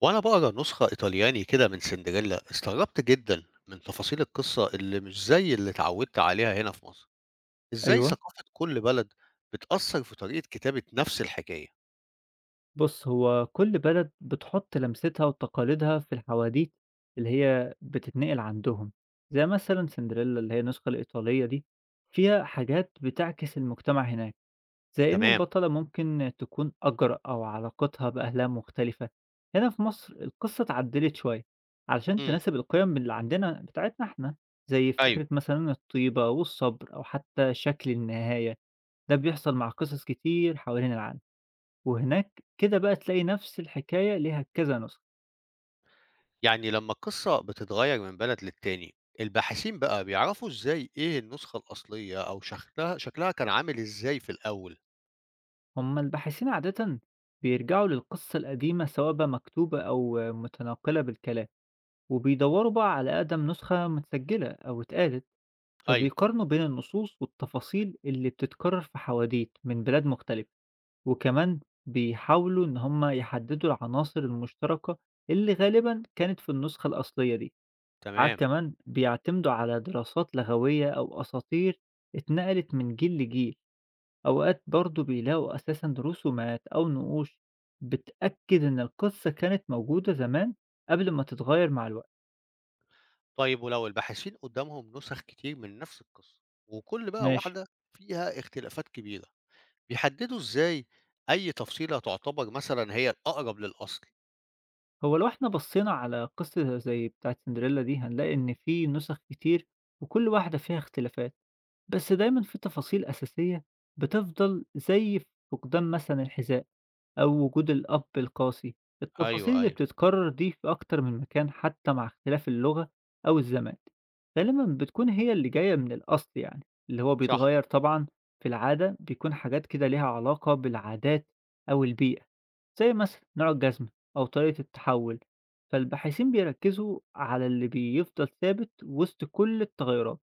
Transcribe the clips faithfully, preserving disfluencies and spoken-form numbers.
وأنا بقرا نسخة إيطالياني كده من سندريلا، استغربت جدا من تفاصيل القصة اللي مش زي اللي اتعودت عليها هنا في مصر. إزاي أيوه. ثقافة كل بلد بتأثر في طريقة كتابة نفس الحكاية؟ بُص، هو كل بلد بتحُط لمستها وتقاليدها في الحواديت اللي هي بتتنقل عندهم، زي مثلًا سندريلا اللي هي النسخة الإيطالية دي، فيها حاجات بتعكس المجتمع هناك، زي إن تمام. البطلة ممكن تكون أجرأ أو علاقتها بأهلها مختلفة. هنا في مصر القصة اتعدلت شوية علشان امم. تناسب القيم اللي عندنا بتاعتنا إحنا، زي أيوه. فكرة مثلًا الطيبة والصبر أو حتى شكل النهاية، ده بيحصل مع قصص كتير حوالين العالم. وهناك كده بقى تلاقي نفس الحكاية ليها كذا نسخة. يعني لما القصة بتتغير من بلد للتاني، الباحثين بقى بيعرفوا إزاي إيه النسخة الأصلية، أو شكلها شكلها كان عامل إزاي في الأول؟ هما الباحثين عادة بيرجعوا للقصة القديمة سواء بقى مكتوبة أو متناقلة بالكلام، وبيدوروا بقى على أقدم نسخة متسجلة أو اتقالت، أيوه. فبيقارنوا بين النصوص والتفاصيل اللي بتتكرر في حواديت من بلاد مختلفة. وكمان بيحاولوا إن هما يحددوا العناصر المشتركة اللي غالبا كانت في النسخة الأصلية دي. ساعات تمام. كمان بيعتمدوا على دراسات لغوية أو أساطير اتنقلت من جيل لجيل. أوقات برضه بيلاقوا أساسًا رسومات أو نقوش بتأكد إن القصة كانت موجودة زمان قبل ما تتغيّر مع الوقت. طيب، ولو الباحثين قدامهم نسخ كتير من نفس القصة، وكل بقى ماشي، واحدة فيها اختلافات كبيرة، بيحددوا إزاي أي تفصيلة تعتبر مثلًا هي الأقرب للأصل؟ هو لو إحنا بصّينا على قصة زي بتاعة سندريلا دي هنلاقي إن في نسخ كتير وكل واحدة فيها اختلافات، بس دايمًا في تفاصيل أساسية بتفضل زي فقدان مثلًا الحذاء، أو وجود الأب القاسي. التفاصيل أيوه، اللي أيوه. بتتكرر دي في أكتر من مكان حتى مع اختلاف اللغة أو الزمان، غالبًا بتكون هي اللي جاية من الأصل يعني، اللي هو صح. بيتغير طبعًا. في العادة بيكون حاجات كده ليها علاقة بالعادات أو البيئة، زي مثلًا نوع الجزمة أو طريقة التحول، فالباحثين بيركزوا على اللي بيفضل ثابت وسط كل التغيرات،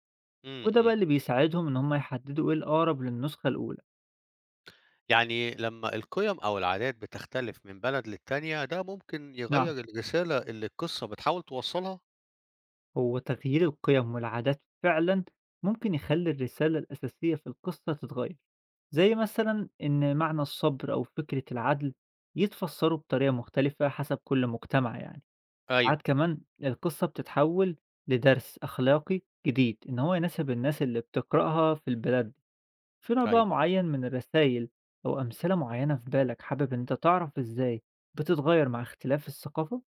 إمم، وده بقى إمم. اللي بيساعدهم إن هم يحددوا إيه الأقرب للنسخة الأولى. يعني لمّا القيم أو العادات بتختلف من بلد للتانية، ده ممكن يغيّر نعم. الرسالة اللي القصة بتحاول توصّلها؟ هو تغيير القيم والعادات فعلا ممكن يخلي الرسالة الأساسية في القصة تتغير، زي مثلا إن معنى الصبر أو فكرة العدل يتفسروا بطريقة مختلفة حسب كل مجتمع يعني. أيوه، عاد كمان القصة بتتحول لدرس أخلاقي جديد إن هو يناسب الناس اللي بتقرأها في البلاد دي، في نوع أيوه. بقى معين من الرسائل. أو أمثلة معينة في بالك حابب إن أنت تعرف إزاي بتتغير مع اختلاف الثقافة؟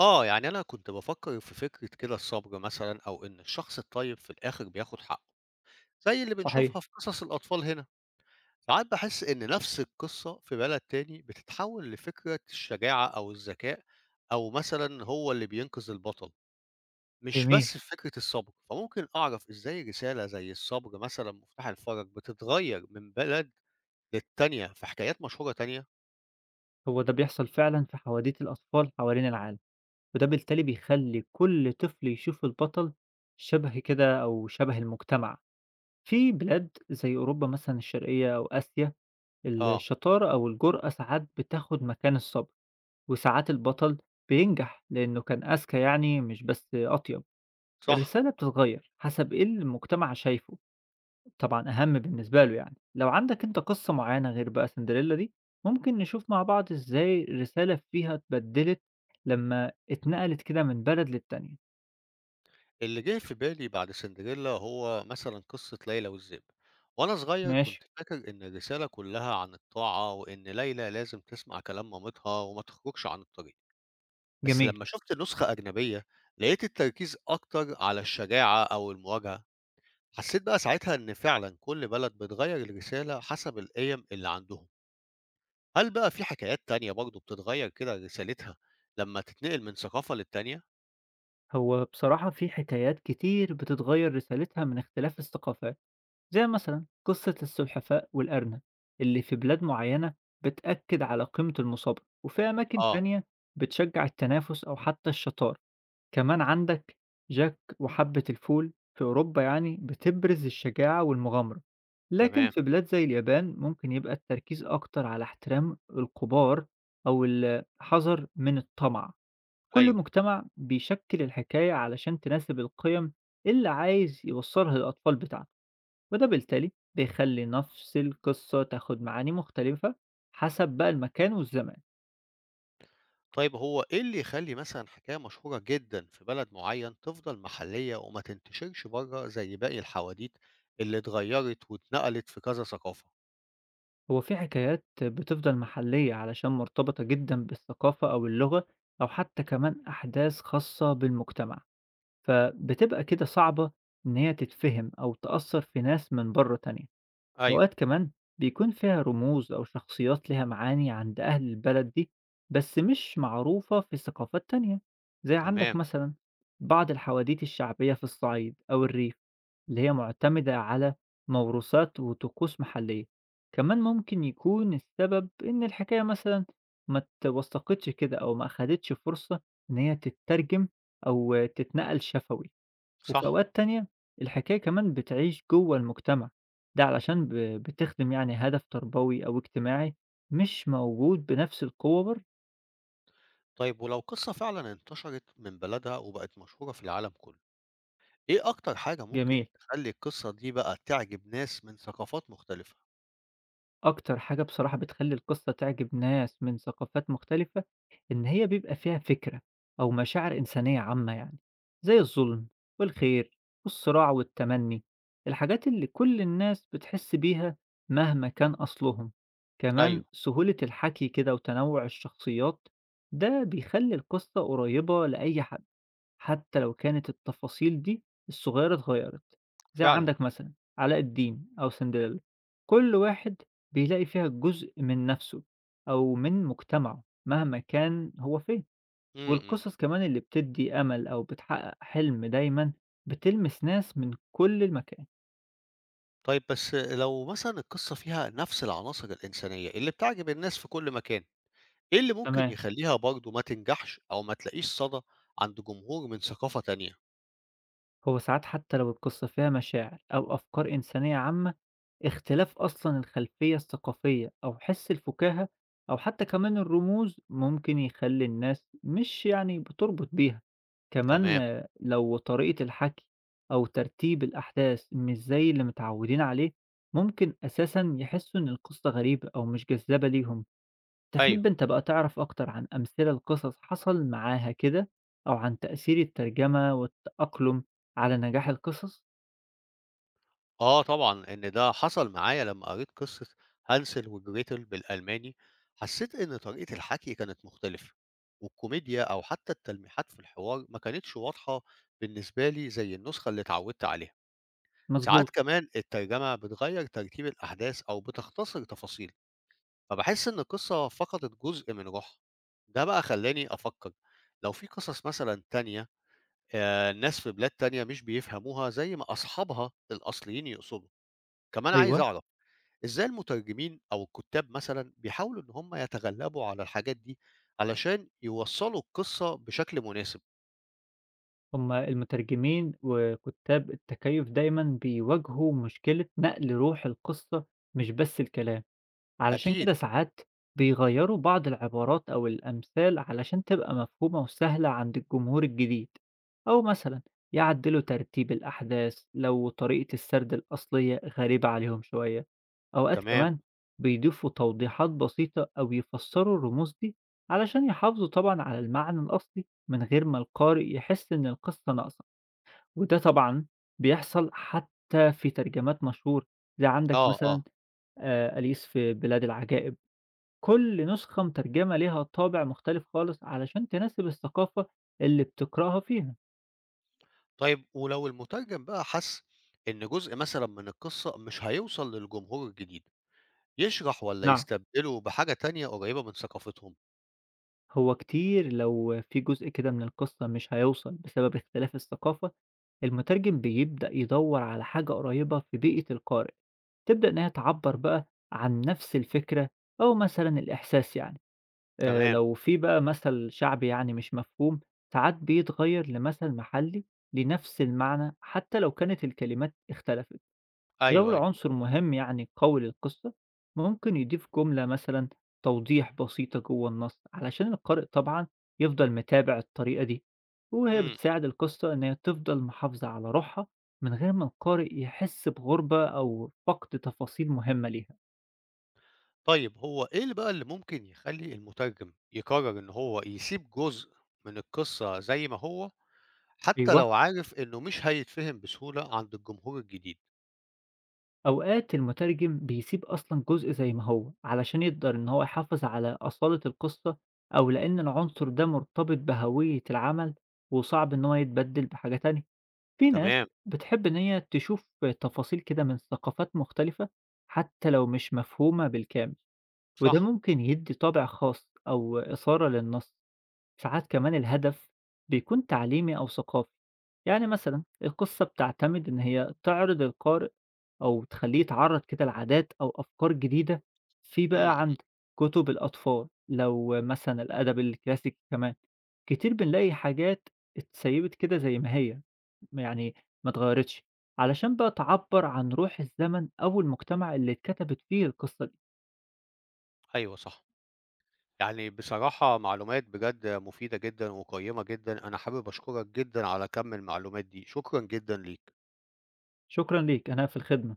آه، يعني أنا كنت بافكّر في فكرة كده، الصبر مثلًا، أو إن الشخص الطيب في الآخر بياخد حقّه، زي اللي صحيح. بنشوفها في قصص الأطفال هنا. ساعات باحس إن نفس القصة في بلد تاني بتتحول لفكرة الشجاعة أو الذكاء، أو مثلًا هو اللي بينقذ البطل، مش جميل. بس في فكرة الصبر، فممكن أعرف إزاي رسالة زي الصبر مثلًا مفتاح الفرج بتتغير من بلد للتانية في حكايات مشهورة تانية؟ هو ده بيحصل فعلًا في حواديت الأطفال حوالين العالم، وده بالتالي بيخلّي كل طفل يشوف البطل شبه كده أو شبه المجتمع. في بلاد زي أوروبا مثلًا الشرقية أو آسيا، آه. الشطارة أو الجرأة ساعات بتاخد مكان الصبر، وساعات البطل بينجح لإنه كان أذكى يعني مش بس أطيب. صح. الرسالة بتتغير حسب إيه اللي المجتمع شايفه. طبعًا أهم بالنسبة له يعني. لو عندك أنت قصة معيّنة غير بقى سندريلا دي، ممكن نشوف مع بعض إزاي الرسالة فيها اتبدلت لمّا اتنقلت كده من بلد للتانية. اللي جه في بالي بعد سندريلا هو مثلًا قصة ليلى والذئب، وأنا صغير ماشي، كنت فاكر إن الرسالة كلها عن الطاعة وإن ليلى لازم تسمع كلام مامتها وما تخرجش عن الطريق. بس جميل. لمّا شُفت نسخة أجنبية، لقيت التركيز أكتر على الشجاعة أو المواجهة، حسيت بقى ساعتها إن فعلًا كل بلد بتغيّر الرسالة حسب القيم اللي عندهم. هل بقى في حكايات تانية برضه بتتغيّر كده رسالتها لمّا تتنقل من ثقافة للتانية؟ هو بصراحة في حكايات كتير بتتغيّر رسالتها من اختلاف الثقافات، زي مثلًا قصة السلحفاة والأرنب اللي في بلاد معيّنة بتأكد على قيمة المثابرة، وفي أماكن آه. تانية بتشجّع التنافس أو حتى الشطارة. كمان عندك جاك وحبة الفول في أوروبا يعني بتبرز الشجاعة والمغامرة، لكن تمام. في بلاد زي اليابان ممكن يبقى التركيز أكتر على احترام الكبار أو الحذر من الطمع. كل أيوه. مجتمع بيشكل الحكاية علشان تناسب القيم اللي عايز يوصلها للأطفال بتاعته، وده بالتالي بيخلي نفس القصة تاخد معاني مختلفة حسب بقى المكان والزمان. طيب، هو إيه اللي يخلّي مثلًا حكاية مشهورة جدًا في بلد معيّن تفضل محلية وما تنتشرش برّه زي باقي الحواديت اللي اتغيّرت واتنقلت في كذا ثقافة؟ هو في حكايات بتفضل محلية علشان مرتبطة جدا بالثقافة أو اللغة أو حتى كمان أحداث خاصة بالمجتمع، فبتبقى كده صعبة إن هي تتفهم أو تأثر في ناس من بره تانية. أيوه. أوقات كمان بيكون فيها رموز أو شخصيات لها معاني عند أهل البلد دي بس مش معروفة في ثقافات تانية، زي عندك تمام. مثلا بعض الحواديت الشعبية في الصعيد أو الريف اللي هي مُعتمدة على موروثات وطقوس محلية. كمان ممكن يكون السبب إن الحكاية مثلًا ما اتوثّقتش كده أو ما أخدتش فرصة إن هي تتّرجم أو تتنقل شفوي، وفي صح. أوقات تانية الحكاية كمان بتعيش جوّه المجتمع، ده علشان ب بتخدم يعني هدف تربوي أو اجتماعي مش موجود بنفس القوة برّه. طيب، ولو قصة فعلًا انتشرت من بلدها وبقت مشهورة في العالم كله، إيه أكتر حاجة ممكن جميل. تخلّي القصة دي بقى تعجب ناس من ثقافات مختلفة؟ أكتر حاجة بصراحة بتخلّي القصة تعجب ناس من ثقافات مختلفة، إن هي بيبقى فيها فكرة أو مشاعر إنسانية عامة يعني، زي الظلم والخير والصراع والتمني، الحاجات اللي كل الناس بتحس بيها مهما كان أصلهم. كمان أيوه، سهولة الحكي كده وتنوع الشخصيات، ده بيخلّي القصة قريبة لأي حد. حتى لو كانت التفاصيل دي الصغيرة اتغيّرت، زي فعلًا. عندك مثلًا علاء الدين أو سندريلا، كل واحد بيلاقي فيها جزء من نَفْسه أو من مجتمعه مهما كان هو فين. إمم، إمم. والقصص كمان اللي بتدّي أمل أو بتحقق حلم دايمًا بتلمس ناس من كل المكان. طيب، بس لو مثلًا القصة فيها نفس العناصر الإنسانية اللي بتعجب الناس في كل مكان، إيه اللي ممكن تمام. يخلّيها برضه ما تنجحش أو ما تلاقيش صدى عند جمهور من ثقافة تانية؟ هو ساعات حتى لو القصة فيها مشاعر أو أفكار إنسانية عامة، اختلاف أصلا الخلفية الثقافية أو حس الفكاهة أو حتى كمان الرموز ممكن يخلي الناس مش يعني بتربط بيها. كمان تمام. آه، لو طريقة الحكي أو ترتيب الأحداث مش زي اللي متعودين عليه ممكن أساسا يحسوا إن القصة غريبة أو مش جذابة ليهم. أيوه. تحب أنت بقى تعرف أكتر عن أمثلة لقصص حصل معاها كده، أو عن تأثير الترجمة والتأقلم على نجاح القصص؟ آه طبعًا، إن ده حصل معايا لمّا قريت قصة هانسل وجريتل بالألماني، حسيت إن طريقة الحكي كانت مختلفة، والكوميديا أو حتى التلميحات في الحوار ما كانتش واضحة بالنسبة لي زي النسخة اللي اتعودت عليها. ساعات مضبوط، كمان الترجمة بتغيّر ترتيب الأحداث أو بتختصر تفاصيل، فباحس إن القصة فقدت جزء من روحها. ده بقى خلّاني أفكّر، لو في قصص مثلًا تانية آآ، ناس في بلاد تانية مش بيفهموها زي ما أصحابها الأصليين يقصدوا. كمان عايز أيوه، أعرف إزاي المترجمين أو الكتاب مثلًا بيحاولوا إن هم يتغلبوا على الحاجات دي، علشان يوصّلوا القصة بشكل مناسب؟ هم المترجمين وكتاب التكيف دايمًا بيواجهوا مشكلة نقل روح القصة مش بس الكلام. علشان أكيد. كده ساعات بيغيّروا بعض العبارات أو الأمثال علشان تبقى مفهومة وسهلة عند الجمهور الجديد، أو مثلًا يعدّلوا ترتيب الأحداث لو طريقة السرد الأصلية غريبة عليهم شوية. أوقات تمام. كمان بيضيفوا توضيحات بسيطة أو يفسّروا الرموز دي علشان يحافظوا طبعًا على المعنى الأصلي من غير ما القارئ يحس إن القصة ناقصة، وده طبعًا بيحصل حتى في ترجمات مشهورة، زي عندك آه، مثلًا آه. آآ أليس في بلاد العجائب. كل نسخة مترجمة ليها طابع مختلف خالص علشان تناسب الثقافة اللي بتقرأها فيها. طيب، ولو المترجم بقى حس إن جزء مثلًا من القصة مش هيوصل للجمهور الجديد، يشرح والّا نعم. يستبدله بحاجة تانية قريبة من ثقافتهم؟ هو كتير لو في جزء كده من القصة مش هيوصل بسبب اختلاف الثقافة، المترجم بيبدأ يدور على حاجة قريبة في بيئة القارئ، تبدأ إن هي تعبّر بقى عن نفس الفكرة أو مثلًا الإحساس يعني. آآ تمام. لو في بقى مثل شعبي يعني مش مفهوم، ساعات بيتغيّر لمثل محلي لنفس المعنى حتى لو كانت الكلمات اختلفت. ولو أيوه، أيوه. العنصر مهم يعني قوي للقصة ممكن يضيف جملة مثلا توضيح بسيطة جوه النص علشان القارئ طبعا يفضل متابع الطريقة دي، وهي إمم، إمم. بتساعد القصة إن هي تفضل محافظة على روحها من غير ما القارئ يحس بغربة أو فقد تفاصيل مهمة ليها. طيب، هو إيه اللي بقى اللي ممكن يخلّي المترجم يقرر إن هو يسيب جزء من القصة زي ما هو حتى أيوة، لو عارف إنه مش هيتفهم بسهولة عند الجمهور الجديد؟ أوقات المترجم بيسيب أصلا جزء زي ما هو علشان يقدر إن هو يحافظ على أصالة القصة، أو لأن العنصر ده مرتبط بهوية العمل وصعب إن هو يتبدل بحاجة تانية. في ناس تمام. بتحب إن هي تشوف تفاصيل كده من ثقافات مختلفة حتى لو مش مفهومة بالكامل، وده صح. ممكن يدي طابع خاص أو إثارة للنص. ساعات كمان الهدف بيكون تعليمي أو ثقافي، يعني مثلا القصة بتعتمد إن هي تعرض القارئ أو تخليه يتعرض كده لعادات أو أفكار جديدة. في بقى إمم. عند كتب الأطفال لو مثلا الأدب الكلاسيكي كمان كتير بنلاقي حاجات اتسيبت كده زي ما هي، ما يعني ما اتغيّرتش، علشان بقى تعبّر عن روح الزمن أو المجتمع اللي اتكتبت فيه القصة دي. أيوه، صح. يعني بصراحة معلومات بجد مفيدة جدًا وقيّمة جدًا، أنا حابب أشكرك جدًا على كم المعلومات دي، شكرًا جدًا ليك. شكرًا ليك، أنا في الخدمة.